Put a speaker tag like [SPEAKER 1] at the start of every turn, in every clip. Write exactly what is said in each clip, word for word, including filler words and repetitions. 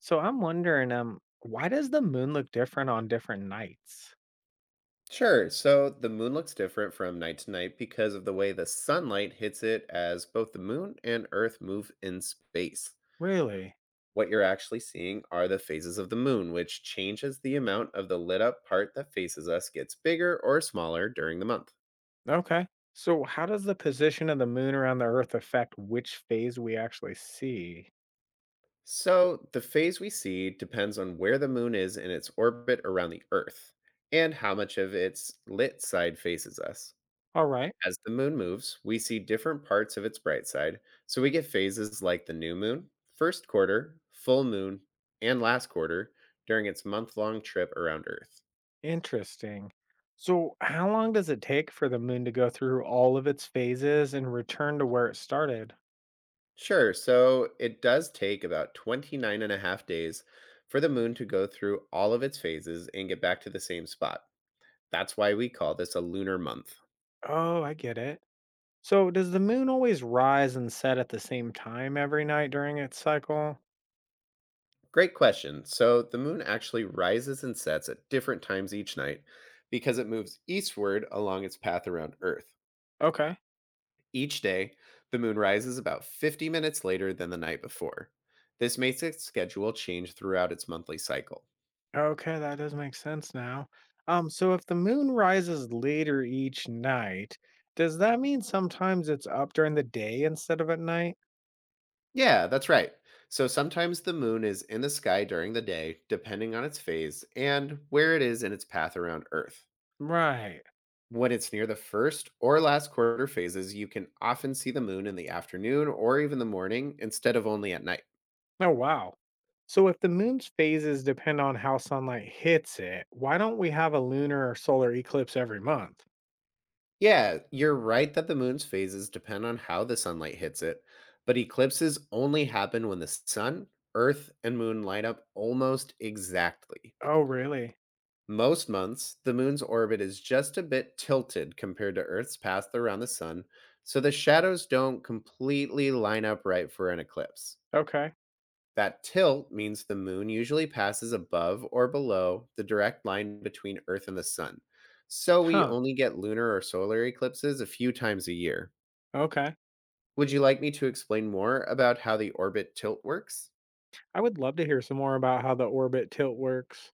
[SPEAKER 1] So I'm wondering, um, why does the moon look different on different nights?
[SPEAKER 2] Sure. So the moon looks different from night to night because of the way the sunlight hits it as both the moon and Earth move in space.
[SPEAKER 1] Really?
[SPEAKER 2] What you're actually seeing are the phases of the moon, which changes the amount of the lit up part that faces us gets bigger or smaller during the month.
[SPEAKER 1] Okay. So how does the position of the moon around the Earth affect which phase we actually see?
[SPEAKER 2] So the phase we see depends on where the moon is in its orbit around the Earth and how much of its lit side faces us.
[SPEAKER 1] All right.
[SPEAKER 2] As the moon moves, we see different parts of its bright side, so we get phases like the new moon, first quarter, full moon, and last quarter during its month long trip around Earth.
[SPEAKER 1] Interesting. So how long does it take for the moon to go through all of its phases and return to where it started?
[SPEAKER 2] Sure, so it does take about twenty-nine and a half days for the moon to go through all of its phases and get back to the same spot. That's why we call this a lunar month.
[SPEAKER 1] Oh, I get it. So does the moon always rise and set at the same time every night during its cycle?
[SPEAKER 2] Great question. So the moon actually rises and sets at different times each night because it moves eastward along its path around Earth.
[SPEAKER 1] Okay.
[SPEAKER 2] Each day, the moon rises about fifty minutes later than the night before. This makes its schedule change throughout its monthly cycle.
[SPEAKER 1] Okay, that does make sense now. Um, so if the moon rises later each night, does that mean sometimes it's up during the day instead of at night?
[SPEAKER 2] Yeah, that's right. So sometimes the moon is in the sky during the day, depending on its phase and where it is in its path around Earth.
[SPEAKER 1] Right.
[SPEAKER 2] When it's near the first or last quarter phases, you can often see the moon in the afternoon or even the morning instead of only at night.
[SPEAKER 1] Oh, wow. So if the moon's phases depend on how sunlight hits it, why don't we have a lunar or solar eclipse every month?
[SPEAKER 2] Yeah, you're right that the moon's phases depend on how the sunlight hits it, but eclipses only happen when the sun, earth, and moon line up almost exactly.
[SPEAKER 1] Oh, really?
[SPEAKER 2] Most months, the moon's orbit is just a bit tilted compared to Earth's path around the sun, so the shadows don't completely line up right for an eclipse.
[SPEAKER 1] Okay.
[SPEAKER 2] That tilt means the moon usually passes above or below the direct line between Earth and the sun. So we
[SPEAKER 1] Huh.
[SPEAKER 2] only get lunar or solar eclipses a few times a year.
[SPEAKER 1] Okay.
[SPEAKER 2] Would you like me to explain more about how the orbit tilt works?
[SPEAKER 1] I would love to hear some more about how the orbit tilt works.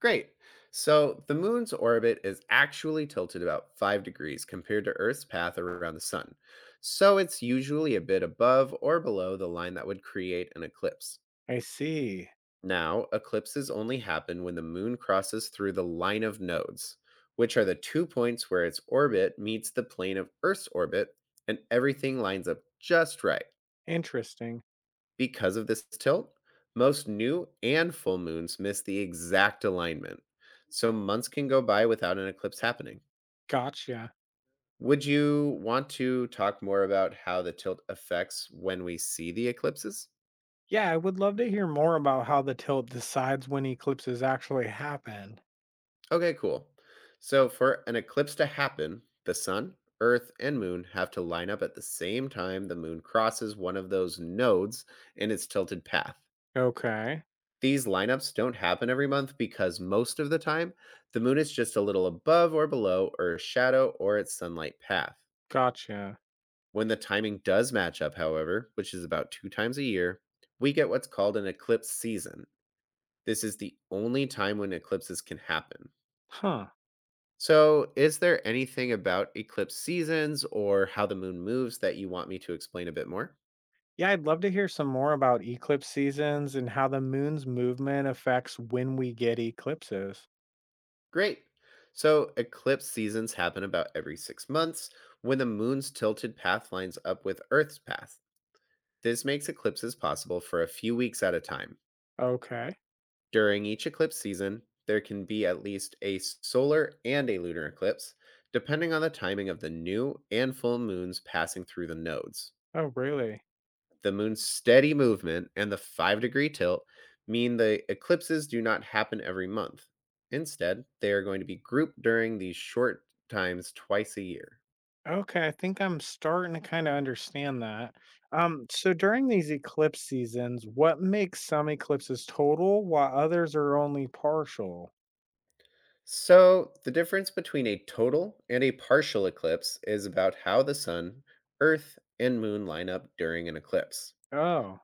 [SPEAKER 2] Great. So, the moon's orbit is actually tilted about five degrees compared to Earth's path around the sun. So, it's usually a bit above or below the line that would create an eclipse.
[SPEAKER 1] I see.
[SPEAKER 2] Now, eclipses only happen when the moon crosses through the line of nodes, which are the two points where its orbit meets the plane of Earth's orbit and everything lines up just right.
[SPEAKER 1] Interesting.
[SPEAKER 2] Because of this tilt, most new and full moons miss the exact alignment. So months can go by without an eclipse happening.
[SPEAKER 1] Gotcha.
[SPEAKER 2] Would you want to talk more about how the tilt affects when we see the eclipses?
[SPEAKER 1] Yeah, I would love to hear more about how the tilt decides when eclipses actually happen.
[SPEAKER 2] Okay, cool. So, for an eclipse to happen, the sun, earth, and moon have to line up at the same time the moon crosses one of those nodes in its tilted path.
[SPEAKER 1] Okay,
[SPEAKER 2] These lineups don't happen every month because most of the time, the moon is just a little above or below Earth's shadow or its sunlight path.
[SPEAKER 1] gotcha.
[SPEAKER 2] When the timing does match up, however, which is about two times a year, we get what's called an eclipse season. This is the only time when eclipses can happen.
[SPEAKER 1] Huh.
[SPEAKER 2] So, is there anything about eclipse seasons or how the moon moves that you want me to explain a bit more?
[SPEAKER 1] Yeah, I'd love to hear some more about eclipse seasons and how the moon's movement affects when we get eclipses.
[SPEAKER 2] Great. So eclipse seasons happen about every six months when the moon's tilted path lines up with Earth's path. This makes eclipses possible for a few weeks at a time.
[SPEAKER 1] Okay.
[SPEAKER 2] During each eclipse season, there can be at least a solar and a lunar eclipse, depending on the timing of the new and full moons passing through the nodes.
[SPEAKER 1] Oh, really?
[SPEAKER 2] The moon's steady movement and the five degree tilt mean the eclipses do not happen every month. Instead, they are going to be grouped during these short times twice a year.
[SPEAKER 1] Okay, I think I'm starting to kind of understand that. Um, so during these eclipse seasons, what makes some eclipses total while others are only partial?
[SPEAKER 2] So, the difference between a total and a partial eclipse is about how the sun, earth, and moon line up during an eclipse.
[SPEAKER 1] Oh,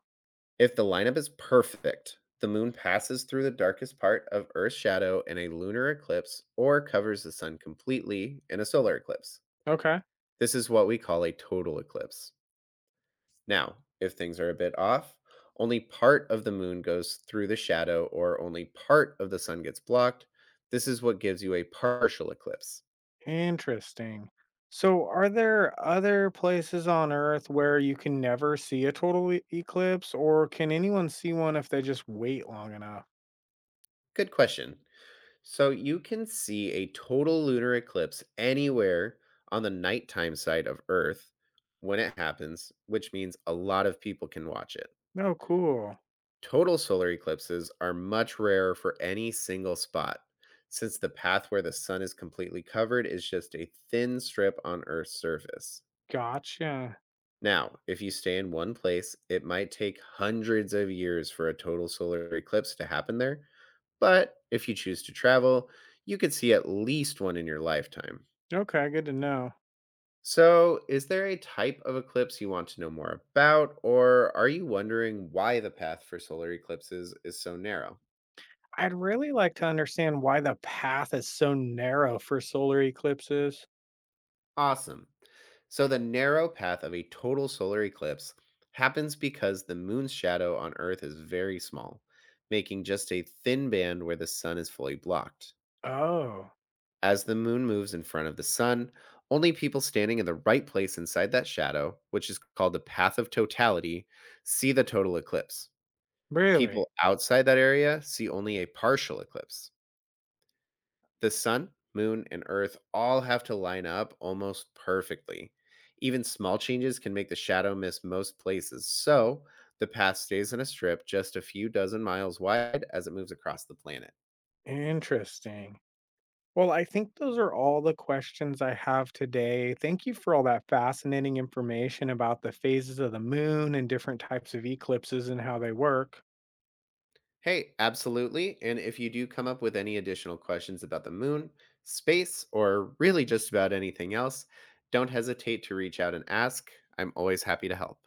[SPEAKER 2] If the lineup is perfect, the moon passes through the darkest part of Earth's shadow in a lunar eclipse or covers the sun completely in a solar eclipse.
[SPEAKER 1] okay.
[SPEAKER 2] This is what we call a total eclipse. Now, if things are a bit off, only part of the moon goes through the shadow or only part of the sun gets blocked. This is what gives you a partial eclipse.
[SPEAKER 1] Interesting. So, are there other places on Earth where you can never see a total e- eclipse, or can anyone see one if they just wait long enough?
[SPEAKER 2] Good question. So you can see a total lunar eclipse anywhere on the nighttime side of Earth when it happens, which means a lot of people can watch it.
[SPEAKER 1] No, cool.
[SPEAKER 2] Total solar eclipses are much rarer for any single spot, since the path where the sun is completely covered is just a thin strip on Earth's surface.
[SPEAKER 1] Gotcha.
[SPEAKER 2] Now, if you stay in one place, it might take hundreds of years for a total solar eclipse to happen there, but if you choose to travel, you could see at least one in your lifetime.
[SPEAKER 1] Okay, good to know.
[SPEAKER 2] So, is there a type of eclipse you want to know more about, or are you wondering why the path for solar eclipses is so narrow?
[SPEAKER 1] I'd really like to understand why the path is so narrow for solar eclipses.
[SPEAKER 2] Awesome. So the narrow path of a total solar eclipse happens because the moon's shadow on Earth is very small, making just a thin band where the sun is fully blocked.
[SPEAKER 1] Oh,
[SPEAKER 2] As the moon moves in front of the sun, only people standing in the right place inside that shadow, which is called the path of totality, see the total eclipse.
[SPEAKER 1] really?
[SPEAKER 2] People outside that area see only a partial eclipse. The sun, moon, and earth all have to line up almost perfectly. Even small changes can make the shadow miss most places, so the path stays in a strip just a few dozen miles wide as it moves across the planet.
[SPEAKER 1] Interesting. Well, I think those are all the questions I have today. Thank you for all that fascinating information about the phases of the moon and different types of eclipses and how they work.
[SPEAKER 2] Hey, absolutely. And if you do come up with any additional questions about the moon, space, or really just about anything else, don't hesitate to reach out and ask. I'm always happy to help.